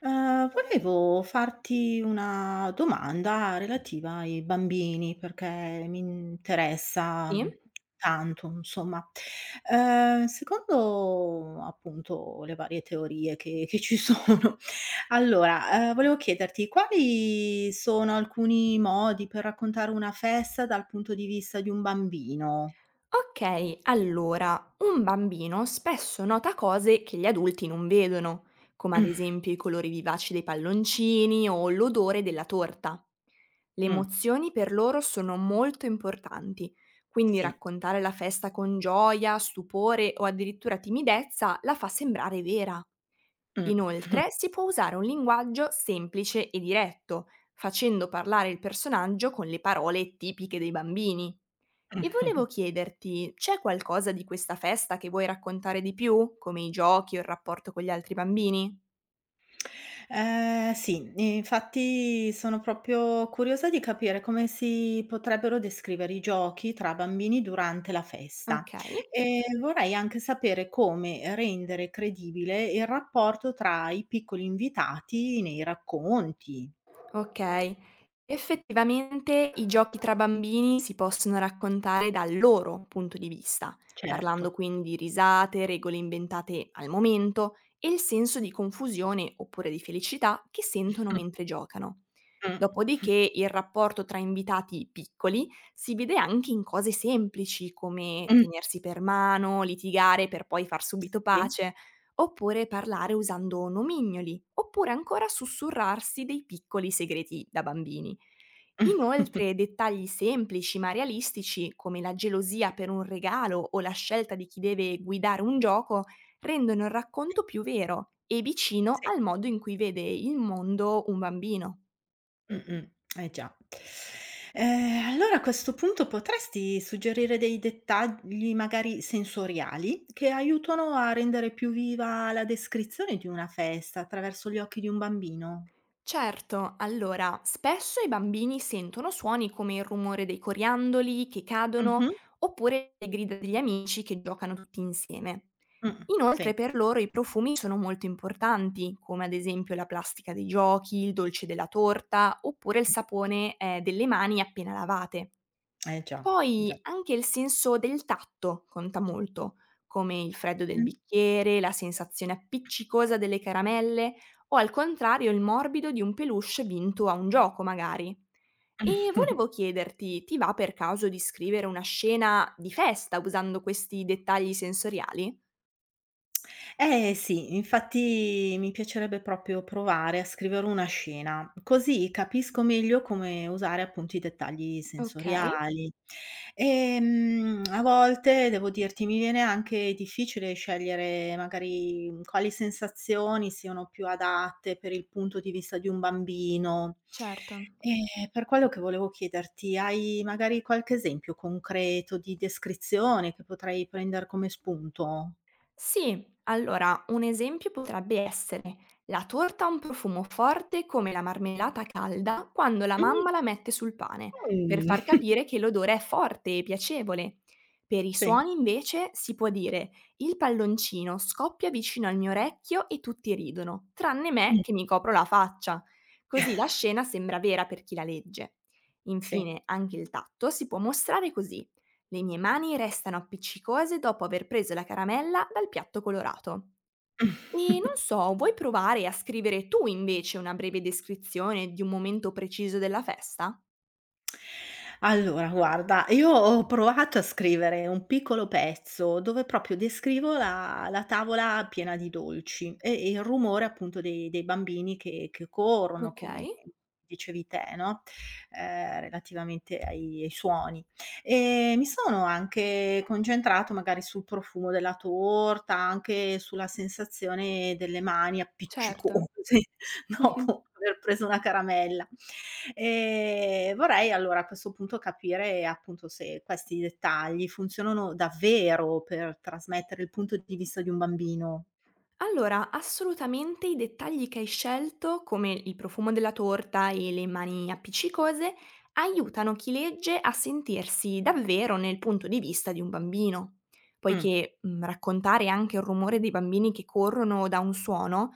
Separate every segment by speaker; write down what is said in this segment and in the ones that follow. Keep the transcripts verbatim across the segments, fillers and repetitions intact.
Speaker 1: Ehm, volevo farti una domanda relativa ai bambini, perché mi interessa, mhmm,
Speaker 2: Sì?
Speaker 1: tanto insomma. Ehm, secondo appunto le varie teorie che che ci sono, allora, ehm, volevo chiederti quali sono alcuni modi per raccontare una festa dal punto di vista di un bambino?
Speaker 2: Okay, allora, un bambino spesso nota cose che gli adulti non vedono, come ad esempio i colori vivaci dei palloncini o l'odore della torta. Le
Speaker 1: Mh,
Speaker 2: emozioni per loro sono molto importanti, quindi
Speaker 1: sì.
Speaker 2: raccontare la festa con gioia, stupore o addirittura timidezza la fa sembrare vera.
Speaker 1: Mh.
Speaker 2: Inoltre, si può usare un linguaggio semplice e diretto, facendo parlare il personaggio con le parole tipiche dei bambini. E volevo chiederti, c'è qualcosa di questa festa che vuoi raccontare di più, come i giochi o il rapporto con gli altri bambini?
Speaker 1: Ehm, sì, infatti sono proprio curiosa di capire come si potrebbero descrivere i giochi tra bambini durante la festa,
Speaker 2: Okay,
Speaker 1: e vorrei anche sapere come rendere credibile il rapporto tra i piccoli invitati nei racconti.
Speaker 2: okay. Effettivamente i giochi tra bambini si possono raccontare dal loro punto di vista, parlando
Speaker 1: Certo.
Speaker 2: quindi di risate, regole inventate al momento e il senso di confusione oppure di felicità che sentono mentre giocano.
Speaker 1: Mh.
Speaker 2: Dopodiché il rapporto tra invitati piccoli si vede anche in cose semplici come
Speaker 1: Mh.
Speaker 2: tenersi per mano, litigare per poi far subito
Speaker 1: Sì.
Speaker 2: pace, oppure parlare usando nomignoli, oppure ancora sussurrarsi dei piccoli segreti da bambini.
Speaker 1: Mh.
Speaker 2: Inoltre, dettagli semplici ma realistici, come la gelosia per un regalo o la scelta di chi deve guidare un gioco, rendono il racconto più vero e vicino
Speaker 1: Sì.
Speaker 2: al modo in cui vede il mondo un bambino.
Speaker 1: Mh-mh. Eh già. Ehm, allora a questo punto potresti suggerire dei dettagli magari sensoriali che aiutano a rendere più viva la descrizione di una festa attraverso gli occhi di un bambino.
Speaker 2: Certo, allora, spesso i bambini sentono suoni come il rumore dei coriandoli che cadono
Speaker 1: Mh-mh.
Speaker 2: oppure le grida degli amici che giocano tutti insieme.
Speaker 1: Mh,
Speaker 2: Inoltre
Speaker 1: sì.
Speaker 2: per loro i profumi sono molto importanti, come ad esempio la plastica dei giochi, il dolce della torta oppure il sapone eh, delle mani appena lavate.
Speaker 1: Eh già, già.
Speaker 2: Poi anche il senso del tatto conta molto, come il freddo del
Speaker 1: Mh.
Speaker 2: bicchiere, la sensazione appiccicosa delle caramelle o al contrario il morbido di un peluche vinto a un gioco magari. E volevo chiederti, ti va per caso di scrivere una scena di festa usando questi dettagli sensoriali?
Speaker 1: Eh sì, infatti mi piacerebbe proprio provare a scrivere una scena, così capisco meglio come usare appunto i dettagli
Speaker 2: Ok.
Speaker 1: sensoriali. Ehm, a volte devo dirti, mi viene anche difficile scegliere magari quali sensazioni siano più adatte per il punto di vista di un bambino.
Speaker 2: Certo.
Speaker 1: E per quello che volevo chiederti, hai magari qualche esempio concreto di descrizione che potrei prendere come spunto?
Speaker 2: Sì, allora un esempio potrebbe essere: la torta ha un profumo forte come la marmellata calda quando la mamma la mette sul pane, per far
Speaker 1: Mh,
Speaker 2: capire che l'odore è forte e piacevole. Per i
Speaker 1: sì,
Speaker 2: suoni invece si può dire: il palloncino scoppia vicino al mio orecchio e tutti ridono, tranne me
Speaker 1: Mh.
Speaker 2: che mi copro la faccia. Così la scena sembra vera per chi la legge.
Speaker 1: Sì.
Speaker 2: Infine, anche il tatto si può mostrare così. Le mie mani restano appiccicose dopo aver preso la caramella dal piatto colorato. E non so, vuoi provare a scrivere tu invece una breve descrizione di un momento preciso della festa?
Speaker 1: Allora guarda, io ho provato a scrivere un piccolo pezzo dove proprio descrivo la la tavola piena di dolci e e il rumore appunto dei dei bambini che che corrono,
Speaker 2: Ok,
Speaker 1: come dicevi te, no, ehm, relativamente ai ai suoni. Ehm, mi sono anche concentrato magari sul profumo della torta, anche sulla sensazione delle mani
Speaker 2: certo.
Speaker 1: appiccicose dopo aver preso una caramella. Ehm, vorrei allora a questo punto capire appunto se questi dettagli funzionano davvero per trasmettere il punto di vista di un bambino.
Speaker 2: Allora, assolutamente i dettagli che hai scelto, come il profumo della torta e le mani appiccicose, aiutano chi legge a sentirsi davvero nel punto di vista di un bambino.
Speaker 1: Mh.
Speaker 2: Poiché mh, raccontare anche il rumore dei bambini che corrono da un suono.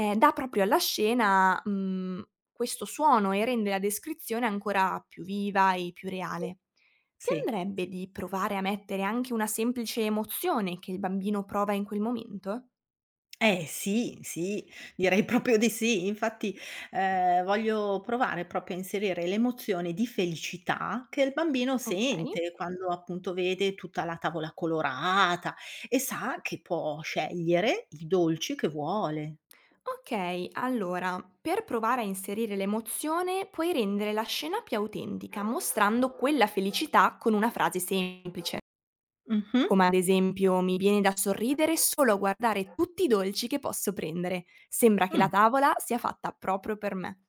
Speaker 2: Ehm, dà proprio alla scena, mhmm, questo suono e rende la descrizione ancora più viva e più reale. Ti
Speaker 1: Sì, sì.
Speaker 2: andrebbe di provare a mettere anche una semplice emozione che il bambino prova in quel momento?
Speaker 1: Eh sì, sì, direi proprio di sì. Infatti, ehm, voglio provare proprio a inserire l'emozione di felicità che il bambino
Speaker 2: Okay.
Speaker 1: sente quando appunto vede tutta la tavola colorata e sa che può scegliere i dolci che vuole.
Speaker 2: Okay, allora per provare a inserire l'emozione puoi rendere la scena più autentica mostrando quella felicità con una frase semplice.
Speaker 1: Mh-mh.
Speaker 2: Come ad esempio, mi viene da sorridere solo a guardare tutti i dolci che posso prendere. Sembra che la
Speaker 1: Mh.
Speaker 2: tavola sia fatta proprio per me.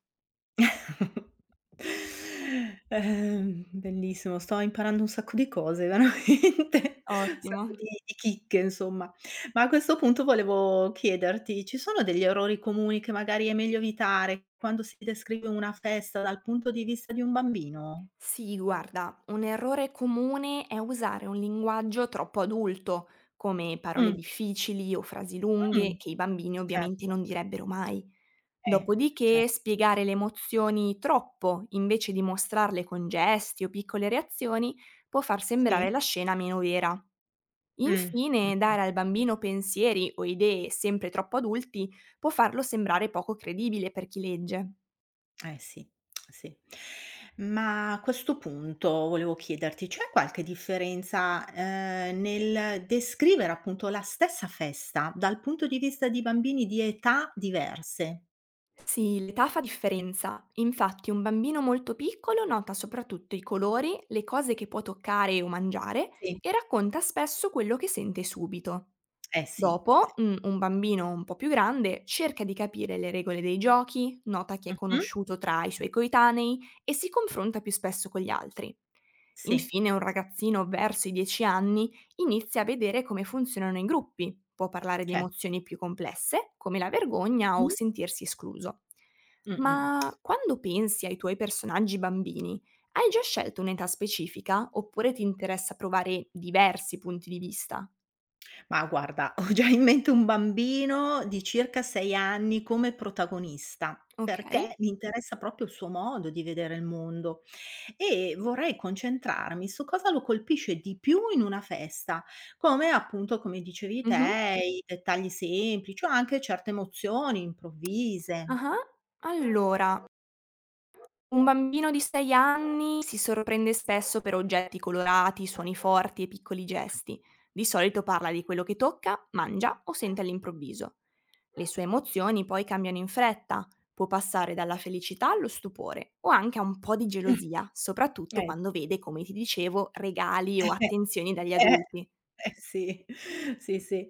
Speaker 1: Ehm, bellissimo, sto imparando un sacco di cose veramente, un
Speaker 2: Ottimo.
Speaker 1: sacco di di chicche insomma. Ma a questo punto volevo chiederti, ci sono degli errori comuni che magari è meglio evitare quando si descrive una festa dal punto di vista di un bambino?
Speaker 2: Sì, guarda, un errore comune è usare un linguaggio troppo adulto, come parole
Speaker 1: Mh,
Speaker 2: difficili o frasi
Speaker 1: mh,
Speaker 2: lunghe che i bambini ovviamente
Speaker 1: certo,
Speaker 2: non direbbero mai.
Speaker 1: eh, cer
Speaker 2: Dopodiché spiegare le emozioni troppo, invece di mostrarle con gesti o piccole reazioni, può far sembrare
Speaker 1: sì,
Speaker 2: la scena meno vera.
Speaker 1: mh,
Speaker 2: Infine,
Speaker 1: mh-mh.
Speaker 2: dare al bambino pensieri o idee sempre troppo adulti può farlo sembrare poco credibile per chi legge.
Speaker 1: Eh sì, sì. Ma a questo punto volevo chiederti, c'è qualche differenza, ehm, nel descrivere appunto la stessa festa dal punto di vista di bambini di età diverse?
Speaker 2: Sì, l'età fa differenza. Infatti, un bambino molto piccolo nota soprattutto i colori, le cose che può toccare o mangiare
Speaker 1: Sì.
Speaker 2: e racconta spesso quello che sente subito.
Speaker 1: Eh sì, sì.
Speaker 2: Dopo, mhmm, un bambino un po' più grande cerca di capire le regole dei giochi, nota chi è
Speaker 1: Mh-mh.
Speaker 2: conosciuto tra i suoi coetanei e si confronta più spesso con gli altri.
Speaker 1: Sì,
Speaker 2: Infine, un ragazzino verso i dieci anni inizia a vedere come funzionano i gruppi, può parlare di
Speaker 1: cer
Speaker 2: emozioni più complesse, come la vergogna o
Speaker 1: mh,
Speaker 2: sentirsi escluso.
Speaker 1: mh-mh.
Speaker 2: Ma quando pensi ai tuoi personaggi bambini, hai già scelto un'età specifica oppure ti interessa provare diversi punti di vista?
Speaker 1: Ma guarda, ho già in mente un bambino di circa sei anni come protagonista,
Speaker 2: Okay.
Speaker 1: perché mi interessa proprio il suo modo di vedere il mondo, e vorrei concentrarmi su cosa lo colpisce di più in una festa, come appunto, come dicevi
Speaker 2: Mh-mh.
Speaker 1: te, i dettagli semplici o anche certe emozioni improvvise.
Speaker 2: Ah-ah. Allora, un bambino di sei anni si sorprende spesso per oggetti colorati, suoni forti e piccoli gesti. Di solito parla di quello che tocca, mangia o sente all'improvviso. Le sue emozioni poi cambiano in fretta, può passare dalla felicità allo stupore o anche a un po' di
Speaker 1: Mh,
Speaker 2: gelosia, soprattutto
Speaker 1: eh.
Speaker 2: quando vede, come ti dicevo, regali o attenzioni dagli
Speaker 1: Eh,
Speaker 2: adulti.
Speaker 1: eh sì, sì, sì.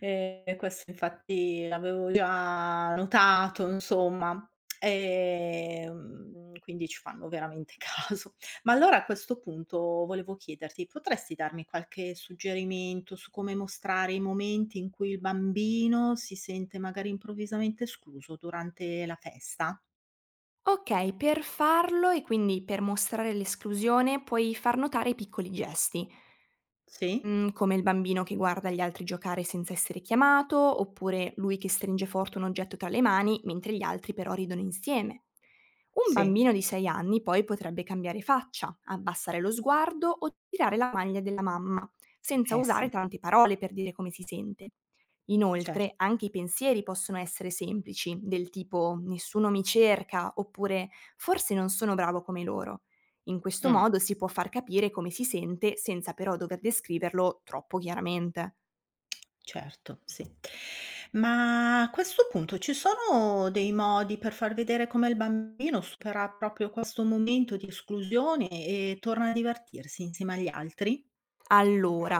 Speaker 1: Ehm, questo infatti l'avevo già notato insomma, ehm, quindi ci fanno veramente caso. Ma allora a questo punto volevo chiederti, potresti darmi qualche suggerimento su come mostrare i momenti in cui il bambino si sente magari improvvisamente escluso durante la festa?
Speaker 2: Ok, per farlo e quindi per mostrare l'esclusione puoi far notare i piccoli gesti.
Speaker 1: Sì?
Speaker 2: Mhmm, come il bambino che guarda gli altri giocare senza essere chiamato, oppure lui che stringe forte un oggetto tra le mani mentre gli altri però ridono insieme. Un
Speaker 1: Sì,
Speaker 2: bambino di
Speaker 1: sì.
Speaker 2: sei anni poi potrebbe cambiare faccia, abbassare lo sguardo o tirare la maglia della mamma, senza
Speaker 1: Eh sì,
Speaker 2: usare tante parole per dire come si sente.
Speaker 1: certo.
Speaker 2: Inoltre, anche i pensieri possono essere semplici, del tipo: "Nessuno mi cerca" oppure: "Forse non sono bravo come loro". In questo
Speaker 1: Mh.
Speaker 2: modo si può far capire come si sente senza però dover descriverlo troppo chiaramente.
Speaker 1: Certo, sì. Ma a questo punto ci sono dei modi per far vedere come il bambino supera proprio questo momento di esclusione e torna a divertirsi insieme agli altri?
Speaker 2: Allora,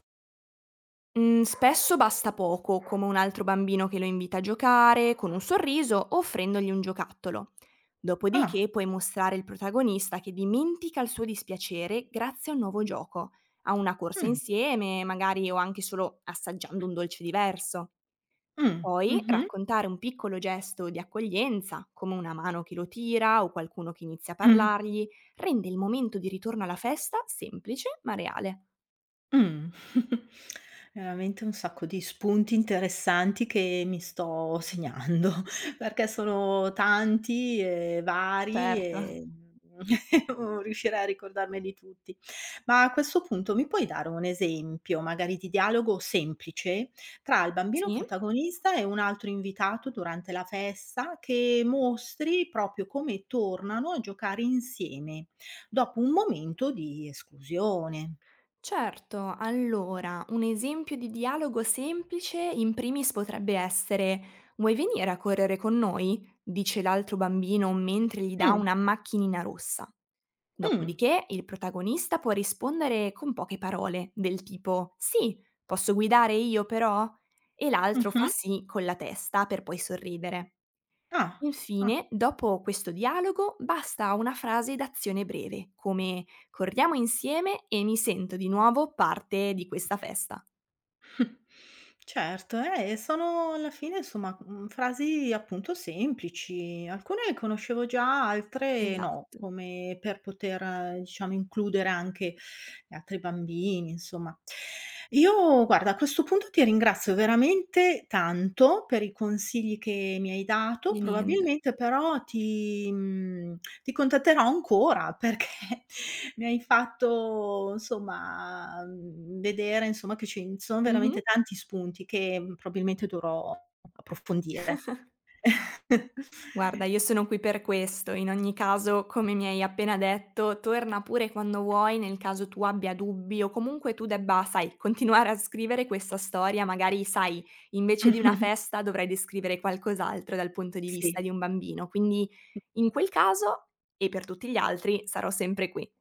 Speaker 2: mm, spesso basta poco, come un altro bambino che lo invita a giocare, con un sorriso, o offrendogli un giocattolo.
Speaker 1: Ah,
Speaker 2: Dopodiché puoi mostrare il protagonista che dimentica il suo dispiacere grazie a un nuovo gioco, a una corsa
Speaker 1: mh,
Speaker 2: insieme, magari o anche solo assaggiando un dolce diverso.
Speaker 1: mh,
Speaker 2: Poi
Speaker 1: mh-mh.
Speaker 2: raccontare un piccolo gesto di accoglienza, come una mano che lo tira o qualcuno che inizia a
Speaker 1: Mm.
Speaker 2: parlargli, rende il momento di ritorno alla festa semplice ma reale.
Speaker 1: Mh. Veramente un sacco di spunti interessanti che mi sto segnando, perché sono tanti e vari
Speaker 2: Certo.
Speaker 1: e, mhmm, devo riuscire a ricordarmeli tutti. Ma a questo punto mi puoi dare un esempio, magari di dialogo semplice, tra il bambino
Speaker 2: Sì?
Speaker 1: protagonista e un altro invitato durante la festa, che mostri proprio come tornano a giocare insieme dopo un momento di esclusione?
Speaker 2: Certo, allora, un esempio di dialogo semplice in primis potrebbe essere: "Vuoi venire a correre con noi?", dice l'altro bambino mentre gli dà
Speaker 1: Mm.
Speaker 2: una macchinina rossa.
Speaker 1: Mh.
Speaker 2: Dopodiché il protagonista può rispondere con poche parole, del tipo: "Sì, posso guidare io però?". E l'altro fa
Speaker 1: Mh-mh.
Speaker 2: sì con la testa per poi sorridere.
Speaker 1: Ah, ah.
Speaker 2: Infine, dopo questo dialogo, basta una frase d'azione breve, come: corriamo insieme e mi sento di nuovo parte di questa festa.
Speaker 1: Certo, eh, sono alla fine insomma, mhmm, frasi appunto semplici. Alcune le conoscevo già, altre no,
Speaker 2: Esatto,
Speaker 1: come per poter diciamo includere anche E altri bambini, insomma. Io guarda, a questo punto ti ringrazio veramente tanto per i consigli che mi hai dato,
Speaker 2: di niente.
Speaker 1: probabilmente però ti mhmm, ti contatterò ancora perché mi hai fatto insomma, mhmm, vedere insomma che ci sono
Speaker 2: Mh-mh.
Speaker 1: veramente tanti spunti che, mhmm, probabilmente dovrò approfondire.
Speaker 2: Guarda, io sono qui per questo. In ogni caso, come mi hai appena detto, torna pure quando vuoi nel caso tu abbia dubbi o comunque tu debba, sai, continuare a scrivere questa storia. Magari, sai, invece di una festa dovrai descrivere qualcos'altro dal punto di vista
Speaker 1: Sì.
Speaker 2: di un bambino. Quindi in quel caso e per tutti gli altri sarò sempre qui.